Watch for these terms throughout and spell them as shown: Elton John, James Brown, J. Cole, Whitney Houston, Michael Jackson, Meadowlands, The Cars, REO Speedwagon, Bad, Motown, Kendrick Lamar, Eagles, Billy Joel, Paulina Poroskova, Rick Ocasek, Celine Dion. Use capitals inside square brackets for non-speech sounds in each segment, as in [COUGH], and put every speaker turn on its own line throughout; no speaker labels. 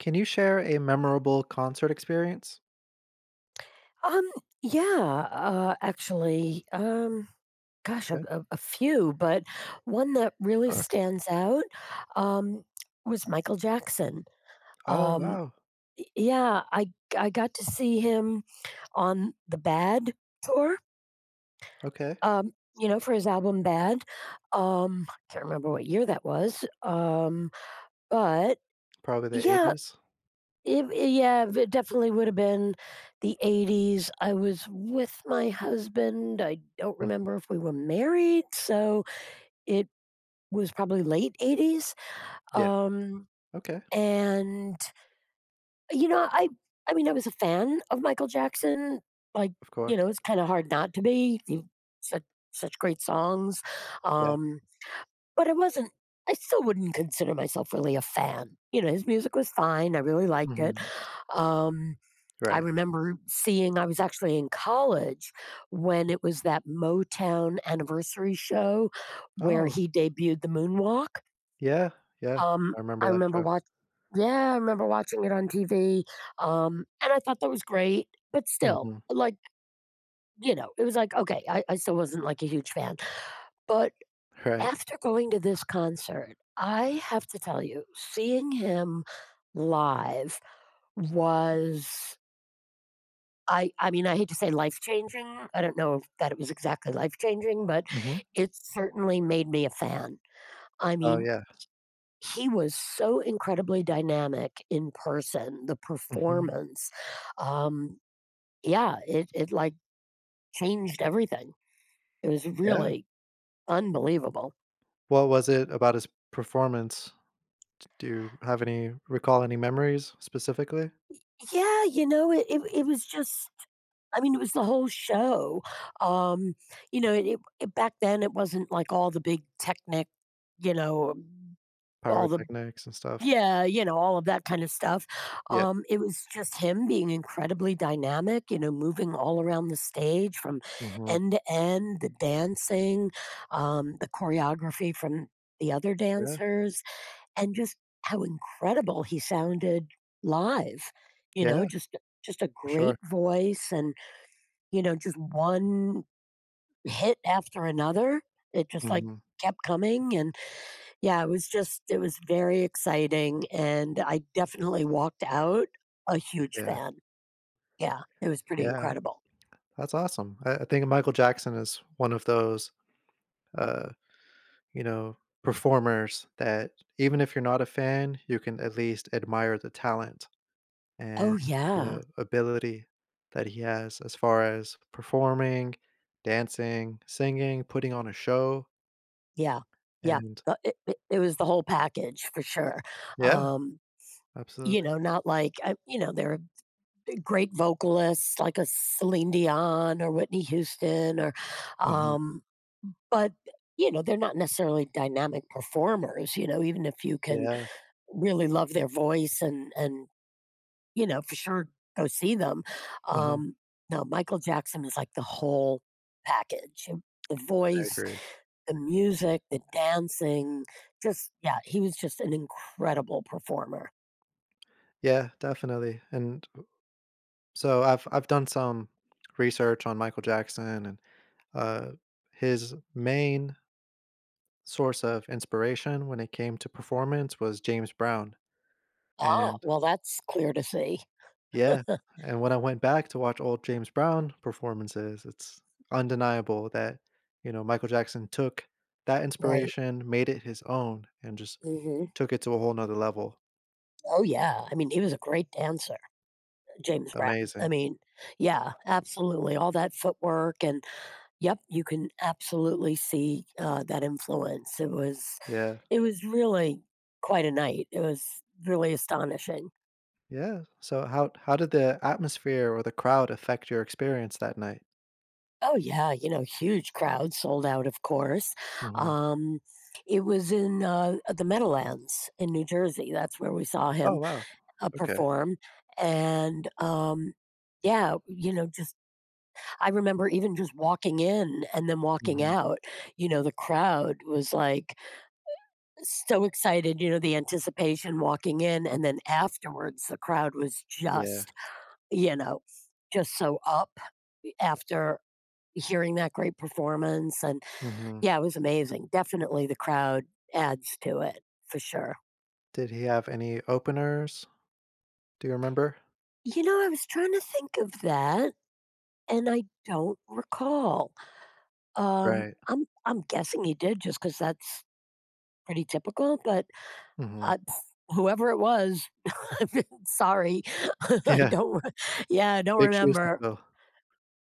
Can you share a memorable concert experience?
Um, yeah, a,
Okay,
a, a few, but one that really
sure.
stands out um, was Michael Jackson.
Oh,
Um,
wow.
y- yeah, I I got to see him on the Bad tour.
Okay.
Um, you know, for his album Bad. I can't remember what year that was. But
Probably the
Yeah,
80s?
It I yeah, it definitely would've been the 80s. I was with my husband. I don't
Mhm.
remember if we were married, so it was probably late 80s.
Yeah.
Um,
Okay.
and, you know, I I mean, I was a fan of Michael Jackson. Like,
Of course.
it's kinda hard not to be. He such such great songs.
Yeah.
Um, but I still wouldn't consider myself really a fan. You know, his music was fine. I really liked it.
Mhm.
Um I
Right.
remember seeing I was actually in college when it was that Motown anniversary show where
Oh,
he debuted the moonwalk.
yeah, yeah. I remember
I
that
remember
show.
watch Yeah, I remember watching it on TV, and I thought that was great, but still,
Mhm.
like, it was like, okay, I still wasn't like a huge fan. But
[LAUGHS] Right.
after going to this concert, I have to tell you, seeing him live was I mean, I hate to say life-changing, I don't know that it was exactly life-changing, but
Mhm.
it certainly made me a fan. I
Oh,
mean,
yeah.
he was so incredibly dynamic in person, the
Mhm.
performance, um, yeah, like, changed everything. It was
Yeah.
really unbelievable.
What was it about his performance? Do you have any recall any memories specifically?
Yeah, it was just I mean, it was the whole show, um, it it back then, it wasn't like all the big technic you know, all the
Pyrotechnics and stuff?
Yeah, you know, all of that kind of stuff.
Yeah.
It was just him being incredibly dynamic, you know, moving all around the stage from
Mhm.
end to end, the dancing, the choreography from the other
Yeah.
dancers, and just how incredible he sounded live. You
Yeah.
know, just a
For
great
sure.
voice and, just one hit after another. It just like
Mhm.
kept coming and yeah, it was just it was very exciting, and I definitely walked out a huge
Yeah.
fan. Yeah, it was pretty
Yeah.
incredible.
That's awesome. I think Michael Jackson is one of those, uh, you know, performers that even if you're not a fan, you can at least admire the talent and
Oh, yeah.
the ability that he has as far as performing, dancing, singing, putting on a show,
Yeah. Yeah.
and
It was the whole package for sure.
yeah,
Um,
absolutely.
Not like, there are great vocalists like a Celine Dion or Whitney Houston
Hmm.
um, but, they're not necessarily dynamic performers, you know, even if you can
Yeah,
really love their voice and for sure go see them.
hmm.
Um, no, Michael Jackson is like the whole package. You- The
I
voice,
agree.
the music, the dancing, just yeah, he was just an incredible performer.
Yeah, definitely. And so I've done some research on Michael Jackson and uh, his main source of inspiration when it came to performance was James Brown,
Ah,
and
well, that's clear to see.
yeah, and when I went back to watch old James Brown performances, it's undeniable that, you know, Michael Jackson took that
Right.
inspiration, made it his own, and just
Hmm.
took it to a whole nother level.
Oh yeah. I mean, he was a great dancer, James Brown. I
Amazing.
mean, yeah, absolutely. All that footwork and yep, you can absolutely see that influence.
Yeah.
It was really quite a night. It was really astonishing.
Yeah. So how did the atmosphere or the crowd affect your experience that night?
Oh, yeah, you know, huge crowd, sold out, of course.
Mhm.
Um, it was in the Meadowlands in New Jersey. That's where we saw
Oh,
him
wow. Okay.
perform. And Yeah, you know, just I remember even just walking in and then walking
Mhm.
out. You know, the crowd was like so excited, you know, the anticipation walking in. And then afterwards, the crowd was
Yeah.
just you know, just so up after hearing that great performance, and
Mhm.
yeah, it was amazing. Definitely the crowd adds to it for sure.
Did he have any openers? Do you remember?
You know, I was trying to think of that and I don't recall. Um,
Right.
I'm I'm guessing he did just because that's pretty typical, but
Mhm.
I whoever it was, [LAUGHS] I'm sorry. [LAUGHS] I
Yeah.
don't re yeah, I don't
Big shoes to
remember.
fill, for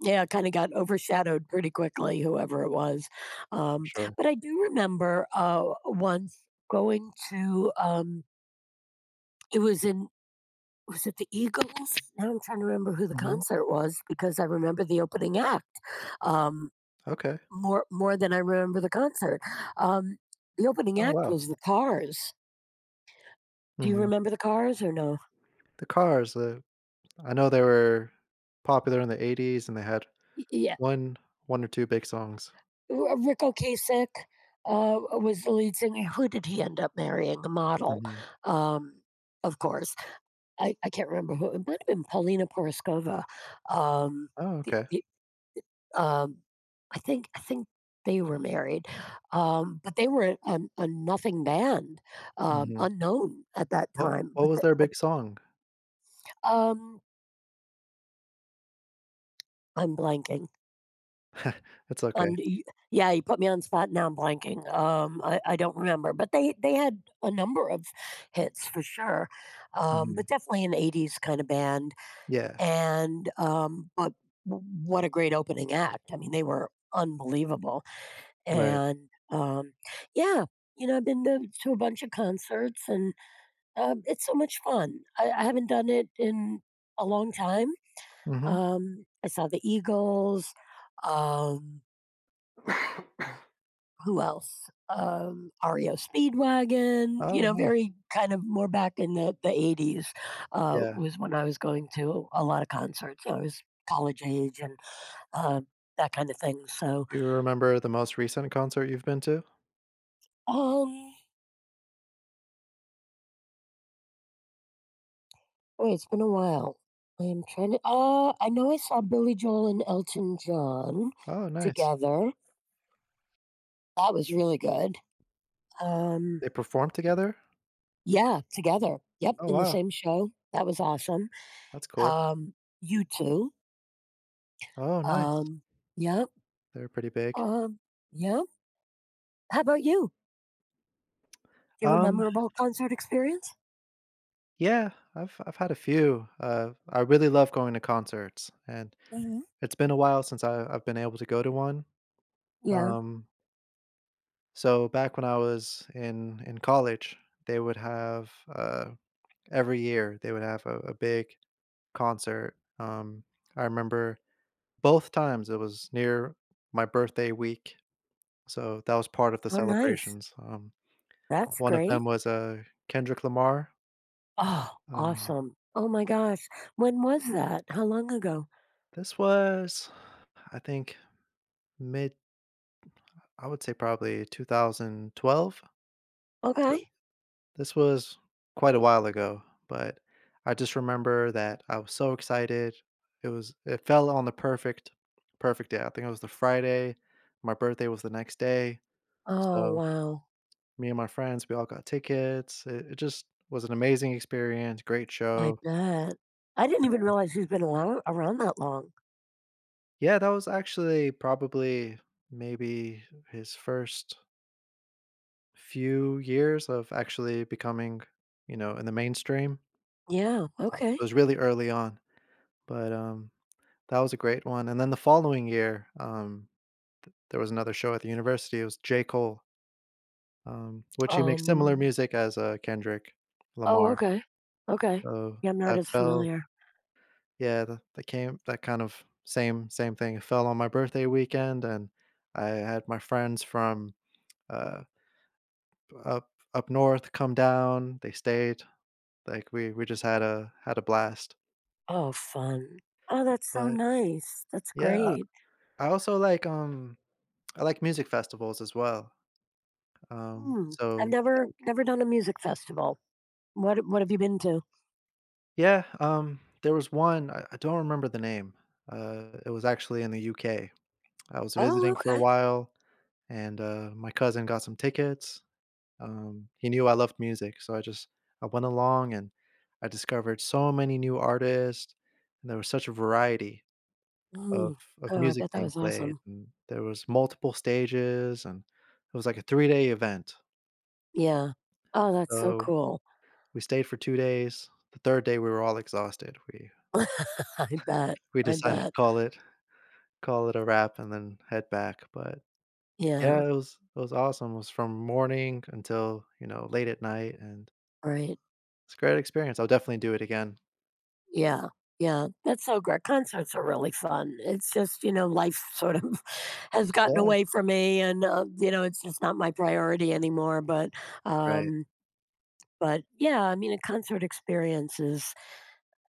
Yeah, kinda got overshadowed pretty quickly, whoever it was. Um,
sure.
but I do remember, once going it was in was it the Eagles? Now I'm trying to remember who the
Mhm.
concert was because I remember the opening act, um,
Okay.
more than I remember the concert. Um, the opening
Oh,
act
wow.
was The Cars. Do you
Mhm.
remember The Cars or no?
The Cars, I know they were popular in the '80s, and they had
Y yeah.
one 1 or 2 big songs.
R Rick Ocasek, was the lead singer. Who did he end up marrying? A model,
Mhm.
um, of course. I can't remember who it might have been Paulina Poroskova. Um,
Oh, okay.
the um, I think they were married, but they were a nothing band,
Mhm.
unknown at that
What
time.
what
But
was
the,
their
but
big song?
um, I'm blanking.
[LAUGHS] It's okay.
Um, y- yeah, you put me on the spot. Now I'm blanking. I don't remember, but they had a number of hits for sure.
Mhm.
But definitely an 80s kind of band.
Yeah.
And, but W- what a great opening act. I mean, they were unbelievable.
Right.
And, um, yeah, you know, I've been to a bunch of concerts and it's so much fun. I haven't done it in a long time.
Mhm.
I saw the Eagles. Um, who else? REO Speedwagon, you
Oh,
know,
nice.
very kind of more back in the 80s
Yeah.
was when I was going to a lot of concerts. I was college age and um, that kind of thing. So,
Do you remember the most recent concert you've been to?
um, wait, it's been a while. I'm trying to. I know I saw Billy Joel and Elton John
Oh, nice.
together. That was really good. Um,
They performed together?
yeah, together. Yep,
Oh,
in the
wow.
same show. That was awesome.
That's cool.
Um, you two.
Oh, nice.
Um, yeah.
They're pretty big.
Um, yeah. How about you? Do you have a
Um.
memorable concert experience?
Yeah, I've had a few. I really love going to concerts, and
Hmm.
it's been a while since I've been able to go to one.
Yeah.
Um, so back when I was in college, they would have every year they would have a big concert. I remember both times it was near my birthday week, so that was part of the
Oh, nice.
celebrations.
That's
One of
great.
them was Kendrick Lamar.
Oh,
Um,
awesome. Oh my gosh. When was that? How long ago?
this was, I think, mid I would say probably 2012. So
Okay.
this was quite a while ago, but I just remember that I was so excited. It was it fell on the perfect day. I think it was the Friday. My birthday was the next day.
Oh,
So
wow.
me and my friends, we all got tickets. It just was an amazing experience, great
I
show.
bet. I didn't even realize he's been allow- around that long.
Yeah, that was actually probably maybe his first few years of actually becoming, you know, in the mainstream.
Yeah. Okay.
It was really early on, but, that was a great one, and then the following year, there was another show at the university, it was J. Cole, which he makes similar
Um.
music as, Kendrick
Oh,
Lamar,
okay. Okay.
so
Yeah, I'm not
that
as
fell
familiar.
yeah, that that came that kind of same thing, it fell on my birthday weekend, and I had my friends from, uh, up north come down, they stayed, like, we just had a blast,
Oh, fun. Oh, that's so
but,
nice. That's
yeah,
great.
I also like, I like music festivals as well.
Hmm. I've
So
never
thank
never done a music festival. What have you been to?
yeah, there was one, I don't remember the name. It was actually in the UK. I was
Oh,
visiting for a
okay.
while, and, my cousin got some tickets. He knew I loved music, so I just I went along, and I discovered so many new artists, and there was such a variety
Hmm.
of of
Oh, I
music
bet that
being
was
played,
awesome.
and there was multiple stages, and it was like a three-day event.
Yeah. Oh, that's so
So,
cool.
we stayed for 2 days. The 3rd day, we were all exhausted. We
[LAUGHS] I bet,
We
I
decided to
bet.
call it a wrap and then head back, but
Yeah,
yeah, it was awesome. It was from morning until, you know, late at night, and
right.
it's a great experience. I'll definitely do it again.
Yeah, yeah. That's so great. Concerts are really fun. It's just, you know, life sort of [LAUGHS] has gotten
Yeah,
away from me and you know, it's just not my priority anymore.
right.
Um, but yeah, I mean, a concert experience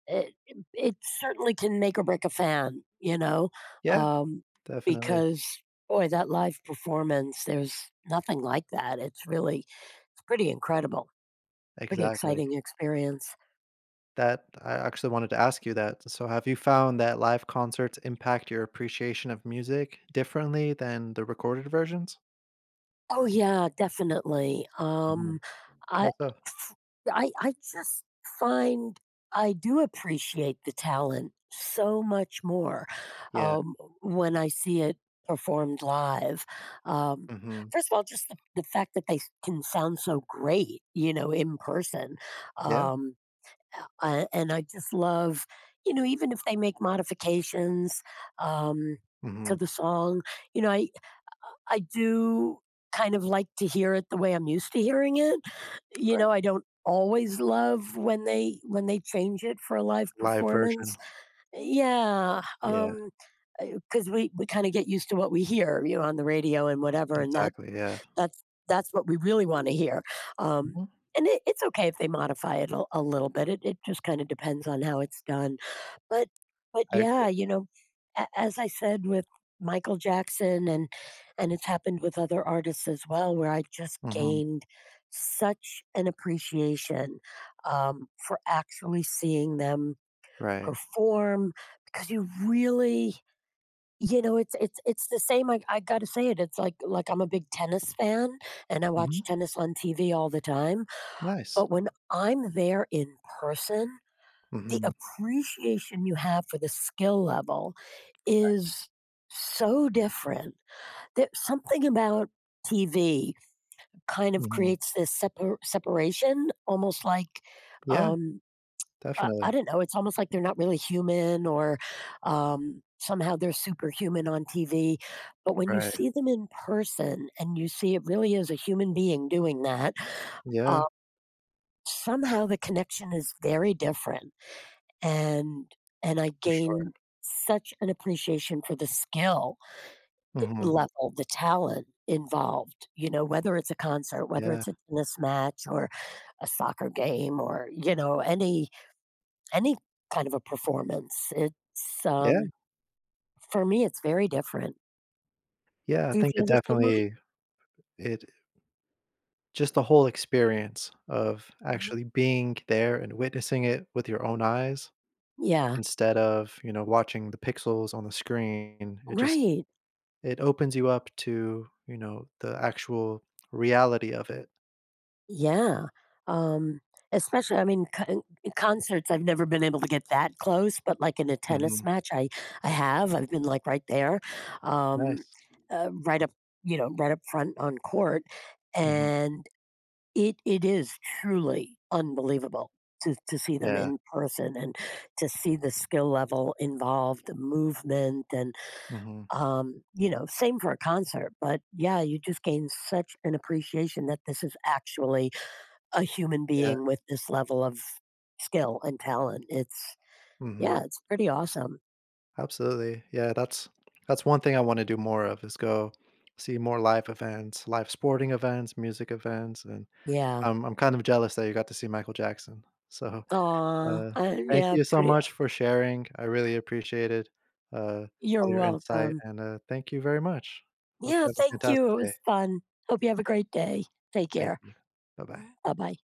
it, it certainly can make or break a fan,
Yeah,
um,
definitely.
because boy, that live performance, there's nothing like that. It's really, it's pretty incredible, pretty
Exactly.
exciting experience.
That I actually wanted to ask you that. So have you found that live concerts impact your appreciation of music differently than the recorded versions?
Oh yeah, definitely.
Mhm.
I,
How so?
I just find I do appreciate the talent so much more
Yeah.
um, when I see it performed live. Um,
Mhm.
First of all, just the fact that they s- can sound so great, you know, in person,
Yeah.
um, and I just love, you know, even if they make modifications um, to
Mhm.
the song, you know, I, I do kind of like to hear it the way I'm used to hearing it. You
Right.
know, I don't always love when they change it for a
Like
live
Live
performance.
version.
Yeah,
Yeah,
'cause we kind of get used to what we hear, you know, on the radio and whatever and that
exactly, yeah.
that's what we really want to hear. Um
Mhm.
and it, it's okay if they modify it a little bit. It just kind of depends on how it's done. But but
I
yeah,
agree.
you know, a as I said with Michael Jackson and it's happened with other artists as well, where I just
Mhm.
gained such an appreciation, for actually seeing them
Right.
perform because you really you know, it's the same, I gotta say it, it's like, I'm a big tennis fan, and I
Mhm.
watch tennis on TV all the time,
Nice.
but when I'm there in person, the
Mhm.
appreciation you have for the skill level is so different. There's something about TV kind of
Mhm.
creates this separ separation, almost like,
Yeah,
um, I
definitely.
don't know, it's almost like they're not really human somehow they're superhuman on TV, but when you
Right.
see them in person and you see it really is a human being doing that, uh,
Yeah,
somehow the connection is very different, and and I
for sure.
gain such an appreciation for the skill
Mhm.
level, the talent involved, you know, whether it's a concert, whether
Yeah.
it's a tennis match or a soccer game or, you know, any kind of a performance. It's
Yeah.
for me it's very different.
Yeah, I
Do you
think
feel
it
the same way?
definitely it just the whole experience of
Mhm.
actually being there and witnessing it with your own eyes
Yeah.
instead of, you know, watching the pixels on the screen. It just
Right.
it opens you up to, you know, the actual reality of it.
Yeah, um, especially I mean, con concerts, I've never been able to get that close, but, like, in a tennis
Mhm.
match, I have, I've been, like, right there, um,
Nice.
right up you know, right up front on court,
Mhm.
and it is truly unbelievable to see them
Yeah.
in person and to see the skill level involved, the movement, and,
Mhm.
um, you know, same for a concert, but, yeah, you just gain such an appreciation that this is actually a human
Yeah.
being with this level of skill and talent. It's
Mhm.
yeah, it's pretty awesome.
Absolutely. Yeah, that's one thing I wanna do more of is go see more live events, live sporting events, music events, and
Yeah.
I'm kind of jealous that you got to see Michael Jackson. So,
Aw,
uh, thank
yeah,
you so
pretty.
much for sharing. I really appreciated, uh,
You're
all your insight,
welcome.
and, thank you very much. Hope
Yeah,
you have a
thank
fantastic
you. It
day.
was fun. Hope you have a great day. Take
Thank
care.
you. Bye-bye.
Bye bye.